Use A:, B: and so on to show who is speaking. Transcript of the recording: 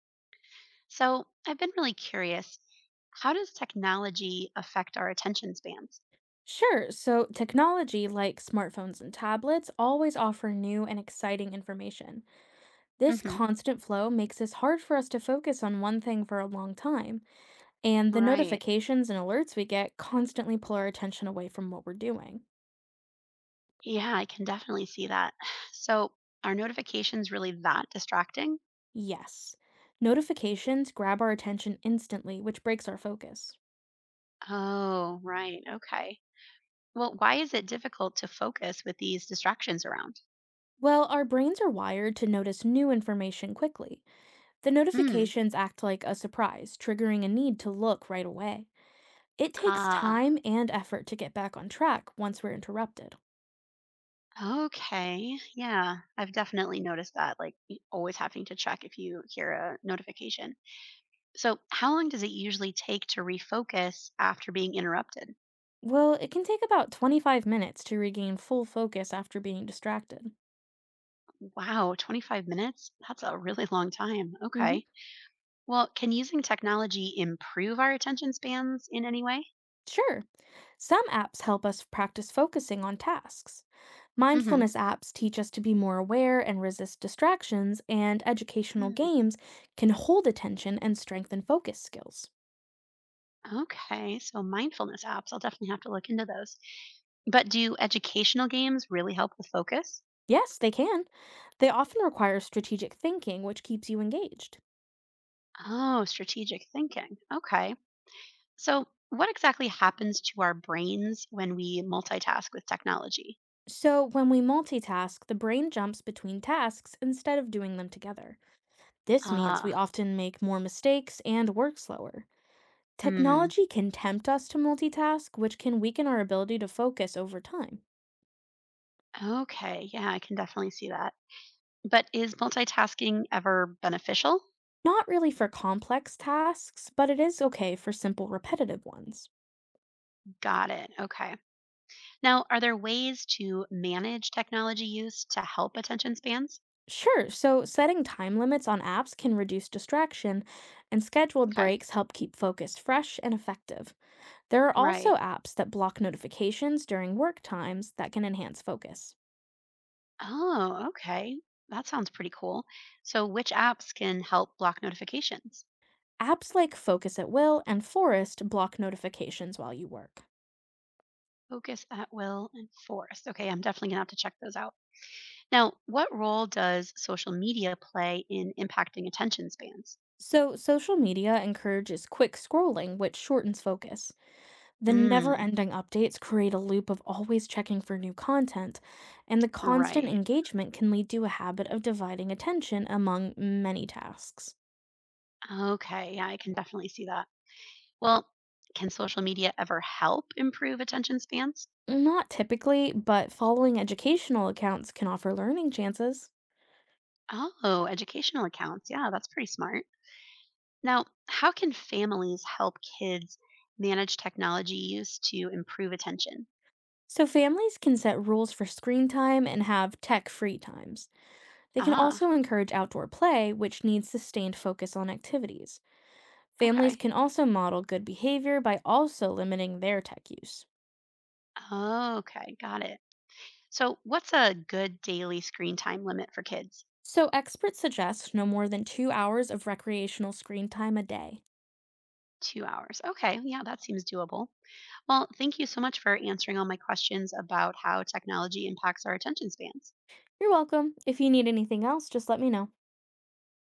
A: So I've been really curious. How does technology affect our attention spans?
B: Sure. So, technology like smartphones and tablets always offer new and exciting information. This
A: Hmm.
B: constant flow makes it hard for us to focus on one thing for a long time, and the
A: Right.
B: notifications and alerts we get constantly pull our attention away from what we're doing.
A: Yeah, I can definitely see that. So are notifications really that distracting?
B: Yes, notifications grab our attention instantly, which breaks our focus.
A: Oh, right. Okay. Well, why is it difficult to focus with these distractions around?
B: Well, our brains are wired to notice new information quickly. The
A: Hmm.
B: notifications act like a surprise, triggering a need to look right away. It takes
A: Ah,
B: time and effort to get back on track once we're interrupted.
A: okay. Yeah, I've definitely noticed that, like always having to check if you hear a notification. So, how long does it usually take to refocus after being interrupted?
B: Well, it can take about 25 minutes to regain full focus after being distracted.
A: Wow, 25 minutes? That's a really long time.
B: hmm
A: Okay. Well, can using technology improve our attention spans in any way?
B: Sure. Some apps help us practice focusing on tasks.
A: Hmm.
B: Mindfulness apps teach us to be more aware and resist distractions, and educational games can hold attention and strengthen focus skills.
A: Okay. So, mindfulness apps, I'll definitely have to look into those. But do educational games really help with focus?
B: Yes, they can. They often require strategic thinking, which keeps you engaged.
A: Oh, strategic thinking. Okay. So, what exactly happens to our brains when we multitask with technology?
B: So, when we multitask, the brain jumps between tasks instead of doing them together. This means we
A: Ah.
B: often make more mistakes and work slower.
A: Hmm.
B: Technology can tempt us to multitask, which can weaken our ability to focus over time.
A: Okay. Yeah, I can definitely see that. But is multitasking ever beneficial?
B: Not really for complex tasks, but it is okay for simple, repetitive ones.
A: Got it. Okay. Now, are there ways to manage technology use to help attention spans?
B: Sure, so setting time limits on apps can reduce distraction, and scheduled
A: Okay.
B: breaks help keep focus fresh and effective. There are also
A: Right.
B: apps that block notifications during work times that can enhance focus.
A: Oh, okay. That sounds pretty cool. So, which apps can help block notifications?
B: Apps like Focus at Will and Forest block notifications while you work.
A: Focus at Will and Force. Okay, I'm definitely going to have to check those out. Now, what role does social media play in impacting attention spans?
B: So, social media encourages quick scrolling, which shortens focus. The never
A: Mm,
B: ending updates create a loop of always checking for new content, and the constant
A: right.
B: engagement can lead to a habit of dividing attention among many tasks.
A: Okay, yeah, I can definitely see that. Well, can social media ever help improve attention spans?
B: Not typically, but following educational accounts can offer learning chances.
A: Oh, educational accounts. Yeah, that's pretty smart. Now, how can families help kids manage technology use to improve attention?
B: So, families can set rules for screen time and have tech free times. They can
A: Ah,
B: also encourage outdoor play, which needs sustained focus on activities. Families
A: okay.
B: can also model good behavior by also limiting their tech use.
A: Okay, got it. So, what's a good daily screen time limit for kids?
B: So, experts suggest no more than 2 hours of recreational screen time a day.
A: 2 hours. Okay, yeah, that seems doable. Well, thank you so much for answering all my questions about how technology impacts our attention spans.
B: You're welcome. If you need anything else, just let me know.